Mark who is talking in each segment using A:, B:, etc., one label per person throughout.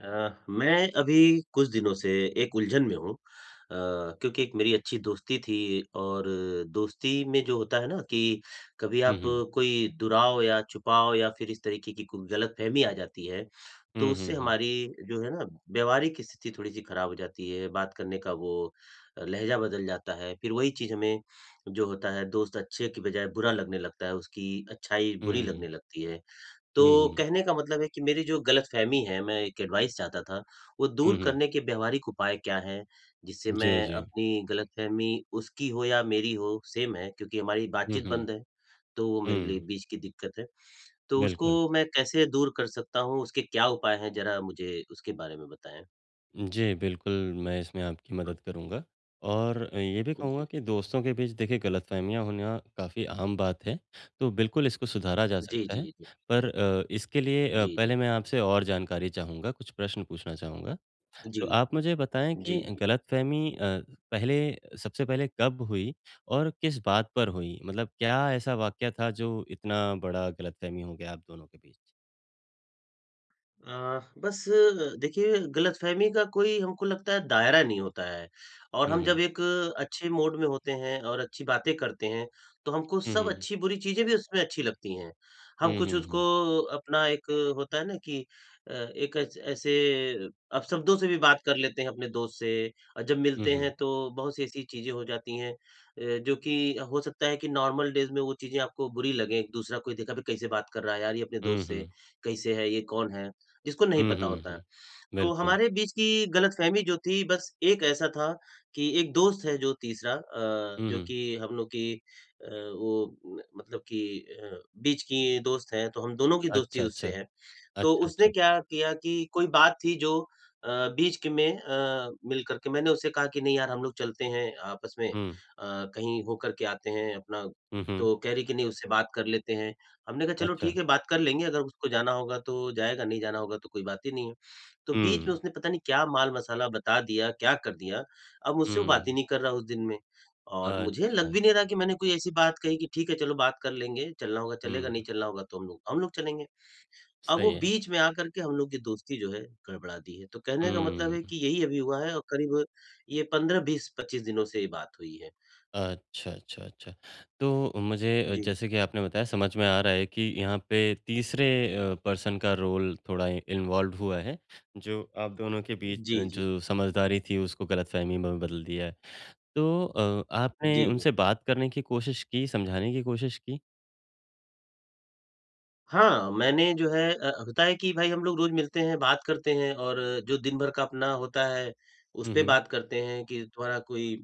A: मैं अभी कुछ दिनों से एक उलझन में हूँ क्योंकि एक मेरी अच्छी दोस्ती थी और दोस्ती में जो होता है ना कि कभी
B: हुँ,
A: आप
B: हुँ।
A: कोई दुराव या छुपाव या फिर इस तरीके की कोई गलतफहमी आ जाती है, तो
B: हुँ,
A: उससे
B: हुँ, हुँ।
A: हमारी जो है ना व्यवहारिक स्थिति थोड़ी-सी खराब हो जाती है, बात करने का वो लहज़ा बदल जाता है। फिर वही चीज़ हमें जो होता है दोस्त अच्छे की बजाय बुरा लगने लगता है, उसकी अच्छाई बुरी
B: हुँ।
A: लगने लगती है। तो
B: हुँ, हुँ।
A: कहने का मतलब है कि मेरी जो गलतफ़हमी है, मैं एक एडवाइस चाहता था, वो
B: हुँ,
A: दूर
B: हुँ।
A: करने के व्यावहारिक उपाय क्या हैं? जिससे
B: जी,
A: मैं
B: जी।
A: अपनी गलतफ़हमी उसकी हो या मेरी हो, सेम है क्योंकि हमारी
B: हुँ,
A: बातचीत
B: हुँ।
A: बंद है, तो वो मेरे लिए
B: हुँ।
A: बीच की दिक्कत है। तो
B: बिल्कुल।
A: उसको मैं कैसे दूर कर सकता हूँ, उसके क्या उपाय हैं, ज़रा मुझे उसके बारे में बताएँ?
B: जी, बिल्कुल मैं इसमें आपकी मदद करूँगा और ये भी
A: हुँ,
B: कहूँगा
A: जी।
B: कि दोस्तों के बीच देखिए गलतफ़हमियाँ होना काफ़ी आम बात है, तो बिल्कुल इसको सुधारा जा
A: जी,
B: सकता है।
A: जी, जी।
B: पर इसके लिए
A: जी, जी।
B: पहले मैं आपसे और जानकारी चाहूँगा, कुछ प्रश्न पूछना चाहूँगा।
A: जी,
B: तो आप मुझे बताएँ
A: जी,
B: कि
A: जी।
B: गलतफ़हमी अ, पहले सबसे पहले कब हुई और किस बात पर हुई? मतलब क्या ऐसा वाक़या था जो इतना बड़ा गलतफ़हमी हो गया आप दोनों के बीच?
A: बस देखिए गलतफ़हमी का कोई हमको लगता है दायरा नहीं होता है और
B: हुँ,
A: हम जब
B: हुँ।
A: एक अच्छे मूड में होते हैं और अच्छी बातें करते हैं, तो हमको
B: हुँ,
A: सब
B: हुँ।
A: अच्छी-बुरी चीज़ें भी उसमें अच्छी लगती हैं। हम
B: हुँ,
A: कुछ
B: हुँ, हुँ।
A: उसको अपना एक होता है ना कि एक ऐस ऐसे अपशब्दों से भी बात कर लेते हैं अपने दोस्त से और जब
B: हुँ,
A: मिलते हैं
B: हुँ।
A: तो बहुत सी ऐसी चीज़ें हो जाती हैं जो कि हो सकता है कि नॉर्मल डेज़ में वो चीज़ें आपको बुरी लगें, दूसरा कोई देखा भी कैसे बात कर रहा है यार ये अपने
B: हुँ,
A: दोस्त से?
B: हुँ।
A: कैसे है? ये कौन है? जिसको नहीं
B: हुँ,
A: पता
B: हुँ,
A: होता है।
B: हुँ।
A: तो
B: बिल्कुल।
A: हमारे बीच की गलतफ़हमी जो थी बस एक ऐसा था कि एक दोस्त है जो तीसरा
B: हुँ,
A: जो
B: हुँ।
A: कि हम लोग की वो मतलब कि बीच की दोस्त हैं, तो हम दोनों की दोस्ती
B: अच्छा, अच्छा।
A: उससे है। तो
B: अच्छा,
A: उसने
B: अच्छा।
A: क्या किया कि कोई बात थी जो अ, बीच के में मिल करके मैंने उससे कहा कि नहीं यार हम लोग चलते हैं आपस में
B: हुँ।
A: कहीं हो करके आते हैं अपना
B: हुँ, हुँ।
A: तो कह रही कि नहीं उससे बात कर लेते हैं। हमने कहा चलो
B: अच्छा।
A: ठीक है बात कर लेंगे अगर उसको जाना होगा तो जाएगा, नहीं जाना होगा तो कोई बात ही नहीं है। तो बीच
B: हुँ।
A: में उसने पता नहीं क्या माल-मसाला बता दिया, क्या कर दिया, अब मुझसे वो बात ही
B: हुँ।
A: नहीं कर रहा उस दिन में। और मुझे लग
B: अच्छा।
A: भी नहीं रहा कि मैंने कोई ऐसी बात कही कि ठीक है चलो बात कर लेंगे, चलना होगा चलेगा,
B: हुँ।
A: नहीं चलना होगा तो हम लोग चलेंगे। अब वो
B: सही है।
A: बीच में आकर के हम लोग की दोस्ती जो है गड़बड़ा दी है। तो कहने का मतलब
B: हुँ।
A: है कि यही अभी हुआ है और करीब ये 15, 20, 25 दिनों से ये बात हुई है।
B: अच्छा, अच्छा, अच्छा। तो मुझे
A: जी।
B: जैसे कि आपने बताया समझ में आ रहा है कि यहाँ पे तीसरे पर्सन का रोल थोड़ा इन्वॉल्व हुआ है, जो आप दोनों के बीच
A: जी, जी।
B: जो समझदारी थी उसको गलतफ़हमी में बदल दिया है। तो आपने
A: जी, जी।
B: उनसे बात करने की कोशिश की, समझाने की कोशिश की?
A: हाँ, मैंने जो है होता है कि भाई हम लोग रोज़ मिलते हैं, बात करते हैं और जो दिन भर का अपना होता है, उस
B: हुँ,
A: पे
B: हुँ।
A: बात करते हैं कि तुम्हारा कोई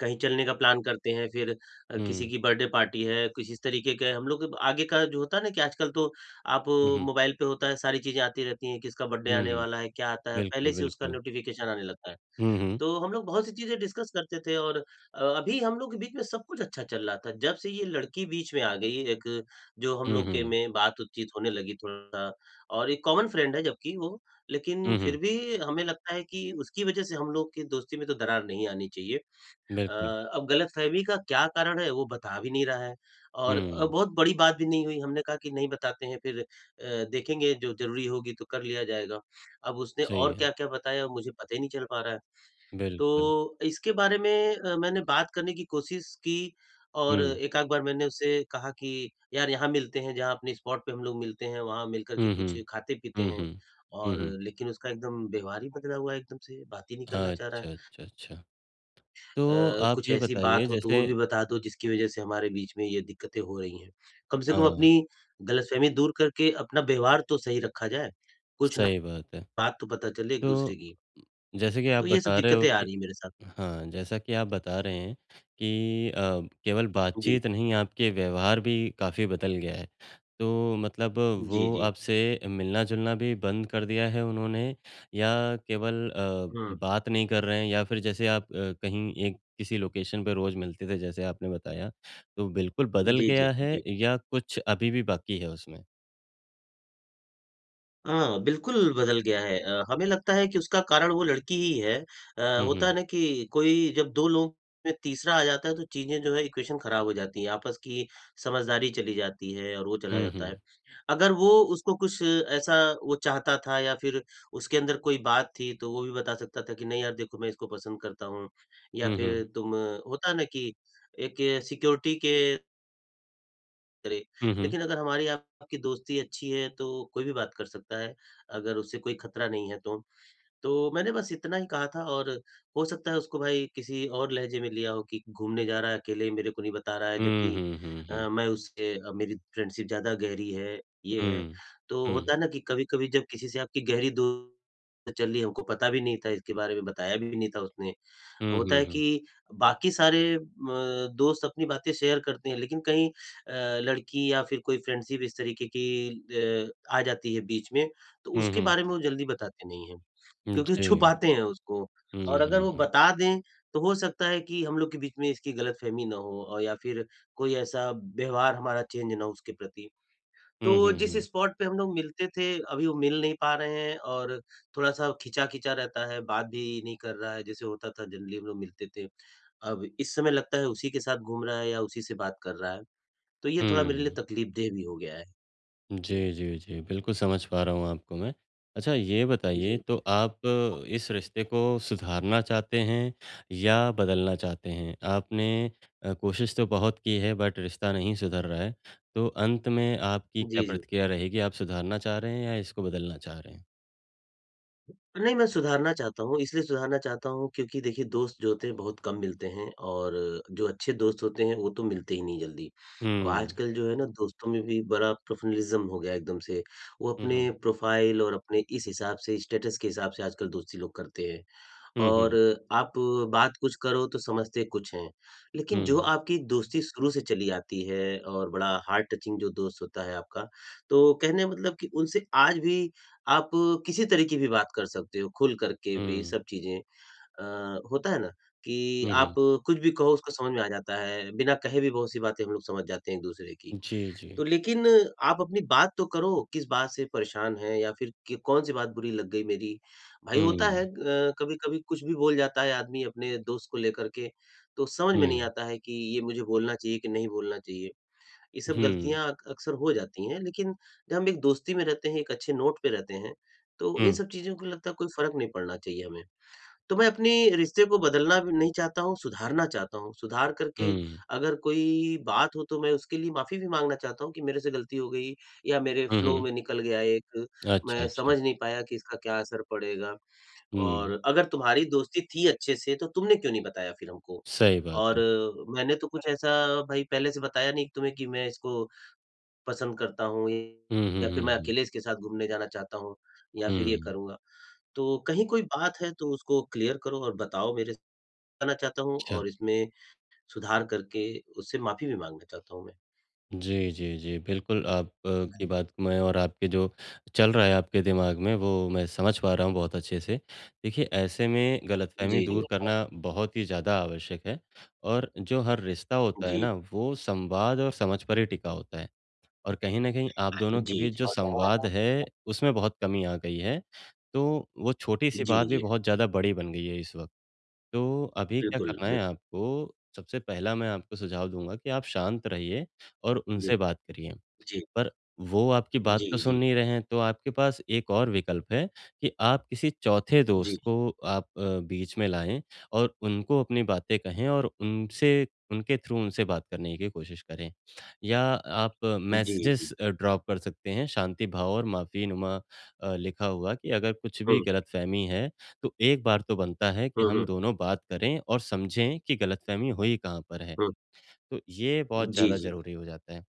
A: कहीं चलने का प्लान करते हैं, फिर किसी
B: हुँ,
A: की बर्थडे पार्टी है, कुछ इस तरीके के हम लोग के आगे का जो होता है ना कि आजकल तो आप
B: हुँ, हुँ,
A: मोबाइल पे होता है, सारी चीज़ें आती रहती हैं, किसका बर्थडे
B: हुँ,
A: आने
B: हुँ।
A: वाला है, क्या आता है, पहले
B: बिल्कुल,
A: से उसका
B: बिल्कुल।
A: नोटिफ़िकेशन आने लगता है।
B: हुँ, हुँ।
A: तो हम लोग बहुत सी चीज़ें डिस्कस करते थे और अभी हम लोग के बीच में सब कुछ अच्छा चल रहा था। जब से ये लड़की बीच में आ गई, एक जो हम
B: हुँ,
A: लोग के
B: हुँ।
A: में बात-चीत होने लगी थोड़ा सा, और एक कॉमन फ्रेंड है जबकि वो, लेकिन
B: हुँ,
A: फिर
B: हुँ।
A: भी हमें लगता है कि उसकी वज़ह से हम लोग की दोस्ती में तो दरार नहीं आनी चाहिए। अ,
B: बिल्कुल।
A: अब गलतफ़हमी का क्या कारण है वो बता भी नहीं रहा है और
B: हुँ,
A: बहुत बड़ी बात भी नहीं हुई हमने कहा कि नहीं बताते हैं फिर देखेंगे जो ज़रूरी होगी तो कर लिया जाएगा। अब उसने
B: सही
A: और
B: है।
A: क्या-क्या बताया मुझे पता ही नहीं चल पा रहा है। तो
B: बिल्कुल।
A: इसके बारे में मैंने बात करने की कोशिश की और
B: हुँ।
A: एक आध बार मैंने उससे कहा कि यार यहाँ मिलते हैं जहाँ अपने स्पॉट पे हम लोग मिलते हैं वहाँ मिल कर के
B: हुँ, हुँ।
A: कुछ खाते-पीते
B: हुँ,
A: हैं
B: हुँ। हुँ,
A: और
B: हुँ।
A: लेकिन उसका एकदम व्यवहार ही बदला हुआ है एकदम से, बात ही नहीं करना चाह रहा है।
B: अच्छा, अच्छा, अच्छा।
A: अ,
B: तो आप
A: कुछ
B: ये
A: ऐसी
B: बताइए
A: बात हो तो वो
B: जैसे
A: भी बता दो जिसकी वज़ह से हमारे बीच में ये दिक्कतें हो रही हैं। कम से कम
B: हाँ,
A: अपनी गलतफ़हमी दूर करके अपना व्यवहार तो सही रखा जाए, कुछ ना
B: सही बात है।
A: बात तो पता चले एक-दूसरे
B: तो
A: की।
B: जैसे कि आप
A: तो ये सब
B: बता रहे हो
A: दिक्कतें आ
B: कि
A: रही हैं मेरे साथ।
B: हाँ, जैसा कि आप बता रहे हैं कि केवल
A: जी।
B: बातचीत नहीं आपके व्यवहार भी काफ़ी बदल गया है। तो मतलब वो
A: जी, जी।
B: आपसे मिलना-जुलना भी बंद कर दिया है उन्होंने या केवल
A: हुँ।
B: बात नहीं कर रहे हैं या फिर जैसे आप कहीं एक किसी लोकेशन पे रोज़ मिलते थे जैसे आपने बताया, तो बिल्कुल बदल
A: जी, जी,
B: गया है
A: जी।
B: या कुछ अभी भी बाकी है उसमें?
A: हाँ, बिल्कुल बदल गया है। हमें लगता है कि उसका कारण वो लड़की ही है।
B: हुँ,
A: होता
B: हुँ।
A: है ना कि कोई जब 2 लोग में तीसरा आ जाता है तो चीज़ें जो है इक्वेशन खराब हो जाती हैं, आपस की समझदारी चली जाती है और वो चला
B: हुँ,
A: जाता है।
B: हुँ।
A: अगर वो उसको कुछ ऐसा वो चाहता था या फिर उसके अंदर कोई बात थी तो वो भी बता सकता था कि नहीं यार देखो मैं इसको पसंद करता हूँ या
B: हुँ,
A: फिर
B: हुँ।
A: तुम होता है ना कि एक सिक्योरिटी के करे।
B: हुँ, हुँ।
A: लेकिन अगर हमारी आपकी दोस्ती अच्छी है तो कोई भी बात कर सकता है, अगर उससे कोई खतरा नहीं है तो। तो मैंने बस इतना ही कहा था और हो सकता है उसको भाई किसी और लहजे में लिया हो कि घूमने जा रहा है अकेले, मेरे को नहीं बता रहा है
B: हुँ,
A: जबकि
B: हुँ, हुँ, हुँ।
A: मैं उससे मेरी फ्रेंडशिप ज़्यादा गहरी है, ये है।
B: हुँ।
A: तो
B: हुँ।
A: होता है ना कि कभी-कभी जब किसी से आपकी गहरी दोस्ती चल रही है, हमको पता भी नहीं था इसके बारे में, बताया भी नहीं था उसने।
B: हुँ,
A: होता
B: हुँ,
A: है
B: हुँ।
A: कि बाकी सारे म दोस्त अपनी बातें शेयर करते हैं, लेकिन कहीं लड़की या फिर कोई फ्रेंडशिप इस तरीके की आ जाती है बीच में, तो
B: हुँ,
A: उसके
B: हुँ।
A: बारे में वो जल्दी बताते नहीं हैं, क्योंकि
B: जी।
A: छुपाते हैं उसको।
B: हुँ,
A: और अगर
B: हुँ,
A: वो
B: हुँ।
A: बता दें, तो हो सकता है कि हम लोग के बीच में इसकी गलतफ़हमी ना हो और या फिर कोई ऐसा व्यवहार हमारा चेंज ना हो उसके प्रति। तो
B: हुँ, हुँ,
A: जिस
B: हुँ।
A: स्पॉट पे हम लोग मिलते थे, अभी वो मिल नहीं पा रहे हैं और थोड़ा-सा खिंचा-खिंचा रहता है, बात भी नहीं कर रहा है, जैसे होता था जनरली हम लोग मिलते थे। अब इस समय लगता है उसी के साथ घूम रहा है या उसी से बात कर रहा है, तो ये थोड़ा मेरे लिए
B: हुँ।
A: तकलीफ़देह भी हो गया है। जी,
B: जी, जी, जी। बिल्कुल समझ पा रहा हूँ आपको मैं। अच्छा ये बताइए
A: जी,
B: तो आप इस रिश्ते को सुधारना चाहते हैं या बदलना चाहते हैं? आपने कोशिश तो बहुत की है बट रिश्ता नहीं सुधर रहा है। तो अंत में आपकी क्या
A: जी, जी।
B: प्रतिक्रिया रहेगी? आप सुधारना चाह रहे हैं या इसको बदलना चाह रहे हैं?
A: नहीं, मैं सुधारना चाहता हूँ, इसलिए सुधारना चाहता हूँ क्योंकि देखिए दोस्त जो होते हैं बहुत कम मिलते हैं और जो अच्छे दोस्त होते हैं वो तो मिलते ही नहीं जल्दी। और
B: हुँ।
A: आजकल जो है ना दोस्तों में भी बड़ा प्रोफेशनलिज़्म हो गया है एकदम से, वो
B: हुँ, हुँ।
A: अपने प्रोफ़ाइल और अपने इस हिसाब से स्टेटस के हिसाब से आजकल दोस्ती लोग करते हैं।
B: हुँ,
A: और
B: हुँ।
A: आप बात कुछ करो तो समझते कुछ हैं। लेकिन जो
B: हुँ,
A: आपकी दोस्ती शुरू से चली आती है और बड़ा हार्ट टचिंग जो दोस्त होता है आपका, तो कहने का मतलब कि उनसे आज भी आप किसी तरह की भी बात कर सकते हो, खुल करके भी
B: हुँ।
A: सब चीज़ें। अ, होता है ना कि
B: हुँ,
A: आप
B: हुँ।
A: कुछ भी कहो उसको समझ में आ जाता है, बिना कहे भी बहुत-सी बातें हम लोग समझ जाते हैं एक-दूसरे की।
B: जी, जी।
A: तो लेकिन आप अपनी बात तो करो, किस बात से परेशान हैं या फिर कि कौन-सी बात बुरी लग गई मेरी? भाई होता है
B: हुँ।
A: कभी-कभी कुछ भी बोल जाता है आदमी अपने दोस्त को लेकर के, तो समझ में नहीं
B: हुँ।
A: आता है कि ये मुझे बोलना चाहिए कि नहीं बोलना चाहिए। ये सब
B: हुँ।
A: गलतियाँ अक अक्सर हो जाती हैं, लेकिन जब हम एक दोस्ती में रहते हैं, एक अच्छे नोट पे रहते हैं, तो इन
B: हुँ,
A: सब चीज़ों को लगता है कोई फ़र्क नहीं पड़ना चाहिए हमें। तो मैं अपने रिश्ते को बदलना भी नहीं चाहता हूँ, सुधारना चाहता हूँ। सुधार करके
B: हुँ।
A: अगर कोई बात हो तो मैं उसके लिए माफ़ी भी माँगना चाहता हूँ कि मेरे से गलती हो गई या मेरे
B: हुँ,
A: फ्लो
B: हुँ।
A: में निकल गया एक,
B: अच्छा,
A: मैं
B: अच्छा।
A: समझ नहीं पाया कि इसका क्या असर पड़ेगा
B: हुँ,
A: और अगर तुम्हारी दोस्ती थी अच्छे से तो तुमने क्यों नहीं बताया फिर हमको?
B: सही बात
A: और
B: है।
A: मैंने तो कुछ ऐसा भाई पहले से बताया नहीं तुम्हें कि मैं इसको पसंद करता हूँ
B: हुँ,
A: या
B: हुँ,
A: फिर
B: हुँ,
A: मैं
B: हुँ।
A: अकेले इसके साथ घूमने जाना चाहता हूँ या फिर ये
B: हुँ,
A: करूँगा। तो कहीं कोई बात है तो उसको क्लियर करो और बताओ मेरे से, बताना चाहता हूँ
B: अच्छा।
A: और इसमें सुधार करके उससे माफ़ी भी माँगना चाहता हूँ मैं।
B: जी, जी, जी। बिल्कुल, आप की बात को मैं और आपके जो चल रहा है आपके दिमाग में वो मैं समझ पा रहा हूँ बहुत अच्छे से। देखिए, ऐसे में गलतफ़हमी
A: जी, जी।
B: दूर करना बहुत ही ज़्यादा आवश्यक है और जो हर रिश्ता होता है
A: जी,
B: ना, वो संवाद और समझ पर ही टिका होता है और कहीं न कहीं आप दोनों के
A: जी,
B: बीच
A: जी।
B: जो संवाद है, उसमें बहुत कमी आ गई है। तो वो छोटी-सी
A: जी,
B: बात भी
A: जी।
B: बहुत ज़्यादा बड़ी बन गई है इस वक़्त। तो अभी क्या
A: बिल्कुल,
B: करना
A: बिल्कुल।
B: है आपको, सबसे पहला मैं आपको सुझाव दूँगा कि आप शांत रहिए और उनसे बात करिए।
A: जी,
B: पर वो आपकी बात
A: जी,
B: तो सुन
A: जी,
B: नहीं रहे हैं, तो आपके पास एक और विकल्प है कि आप किसी चौथे
A: जी,
B: दोस्त को आप बीच में लाएँ और उनको अपनी बातें कहें और उनसे उनके थ्रू उनसे बात करने की कोशिश करें। या आप
A: जी, जी, जी।
B: मैसेजेज़ ड्रॉप कर सकते हैं, शांति भाव और माफ़ीनुमा लिखा हुआ कि अगर कुछ भी
A: हुँ,
B: गलतफ़हमी है, तो एक बार तो बनता है
A: हुँ,
B: कि हम
A: हुँ,
B: दोनों बात करें और समझें कि गलतफ़हमी हुई कहाँ पर है।
A: हुँ।
B: तो ये बहुत
A: जी,
B: ज़्यादा
A: जी,
B: ज़रूरी हो जाता है।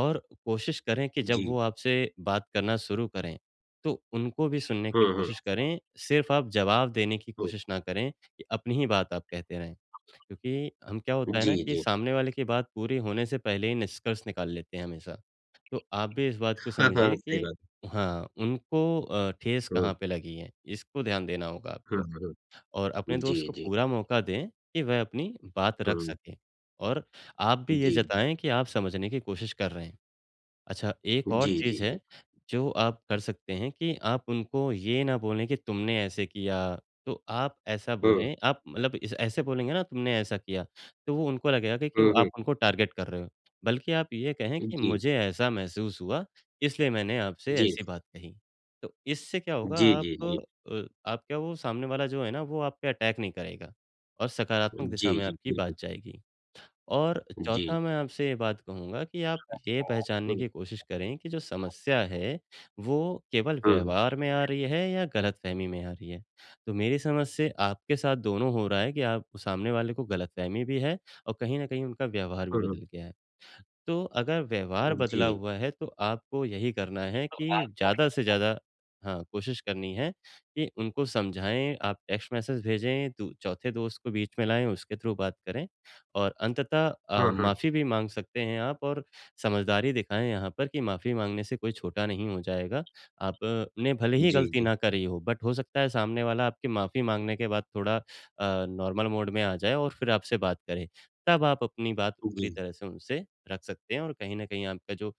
B: और कोशिश करें कि जब
A: जी।
B: वो आपसे बात करना शुरू करें, तो उनको भी सुनने की
A: हुँ, हुँ,
B: कोशिश करें, सिर्फ़ आप जवाब देने की
A: हुँ।
B: कोशिश ना करें कि अपनी ही बात आप कहते रहें। क्योंकि हम क्या होता है
A: जी,
B: ना कि
A: जी।
B: सामने वाले की बात पूरी होने से पहले ही निष्कर्ष निकाल लेते हैं हमेशा। तो आप भी इस बात को
A: हाँ, हाँ,
B: समझिए
A: सही
B: कि
A: बात है।
B: हाँ, उनको ठेस
A: हुँ,
B: कहाँ पे लगी है, इसको ध्यान देना होगा
A: हुँ,
B: आपको। और
A: हुँ।
B: अपने
A: जी,
B: दोस्त को
A: जी।
B: पूरा मौका दें कि वह अपनी बात रख
A: हुँ,
B: सके और आप भी ये
A: जी, जी।
B: जताएँ कि आप समझने की कोशिश कर रहे हैं। अच्छा, एक और
A: जी, जी,
B: चीज़
A: जी।
B: है, जो आप कर सकते हैं कि आप उनको ये ना बोलें कि तुमने ऐसे किया, तो आप ऐसा
A: हुँ,
B: बोलें, आप मतलब इस ऐसे बोलेंगे ना तुमने ऐसा किया, तो वो उनको लगेगा कि
A: हुँ, हुँ।
B: आप उनको टारगेट कर रहे हो। बल्कि आप ये कहें
A: जी,
B: कि
A: जी।
B: मुझे ऐसा महसूस हुआ, इसलिए मैंने आपसे
A: जी,
B: ऐसी बात कही। तो इससे क्या होगा
A: जी,
B: आप
A: जी।
B: आप क्या वो सामने वाला जो है ना, वो आप पे अटैक नहीं करेगा और सकारात्मक दिशा
A: जी,
B: में
A: जी,
B: आपकी
A: बिल्कुल।
B: बात जाएगी। और
A: जी।
B: चौथा मैं आपसे ये बात कहूँगा कि आप ये पहचानने
A: हुँ,
B: की कोशिश करें कि जो समस्या है, वो केवल
A: हाँ,
B: व्यवहार में आ रही है या गलतफ़हमी में आ रही है। तो मेरी समझ से आपके साथ दोनों हो रहा है कि आप सामने वाले को गलतफ़हमी भी है और कहीं न कहीं उनका व्यवहार भी
A: हाँ,
B: बदल गया है। तो अगर व्यवहार
A: जी।
B: बदला हुआ है, तो आपको यही करना है कि ज़्यादा से ज़्यादा हाँ, कोशिश करनी है कि उनको समझाएँ, आप टेक्स्ट मैसेज भेजें, दू चौथे दोस्त को बीच में लाएँ, उसके थ्रू बात करें और अंततः
A: हाँ, हाँ।
B: माफ़ी भी माँग सकते हैं आप और समझदारी दिखाएँ यहाँ पर कि माफ़ी माँगने से कोई छोटा नहीं हो जाएगा। आपने भले ही
A: जी,
B: गलती
A: जी,
B: ना करी हो, बट हो सकता है सामने वाला आपकी माफ़ी माँगने के बाद थोड़ा नॉर्मल मोड में आ जाए और फिर आपसे बात करे। तब आप अपनी बात
A: जी।
B: पूरी तरह से उनसे रख सकते हैं और कहीं न कहीं आपका जो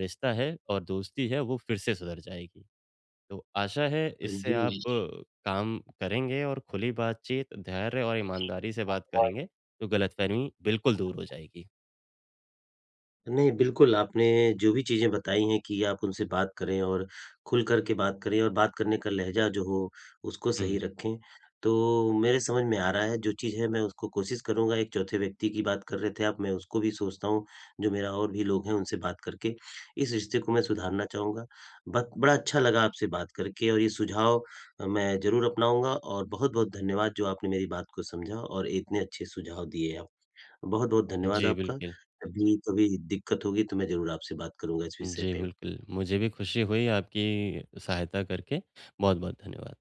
B: रिश्ता है और दोस्ती है वो फिर से सुधर जाएगी। तो आशा है इससे आप
A: जी।
B: काम करेंगे और खुली बातचीत, धैर्य और ईमानदारी से बात करेंगे तो गलतफ़हमी बिल्कुल दूर हो जाएगी।
A: नहीं, बिल्कुल, आपने जो भी चीज़ें बताई हैं कि आप उनसे बात करें और खुल कर के बात करें और बात करने का लहज़ा जो हो, उसको सही
B: हुँ।
A: रखें। तो मेरे समझ में आ रहा है, जो चीज़ है मैं उसको कोशिश करूँगा, एक चौथे व्यक्ति की बात कर रहे थे आप, मैं उसको भी सोचता हूँ, जो मेरा और भी लोग हैं उनसे बात करके, इस रिश्ते को मैं सुधारना चाहूँगा। बत बड़ा अच्छा लगा आपसे बात करके और ये सुझाव मैं ज़रूर अपनाऊँगा और बहुत-बहुत धन्यवाद जो आपने मेरी बात को समझा और इतने अच्छे सुझाव दिए आप। बहुत-बहुत धन्यवाद
B: जी,
A: आपका।
B: बिल्कुल।
A: कभी-कभी दिक्कत होगी तो मैं ज़रूर आपसे बात करूँगा इस विषय
B: जी,
A: पे।
B: बिल्कुल। मुझे भी खुशी हुई आपकी सहायता करके। बहुत-बहुत धन्यवाद।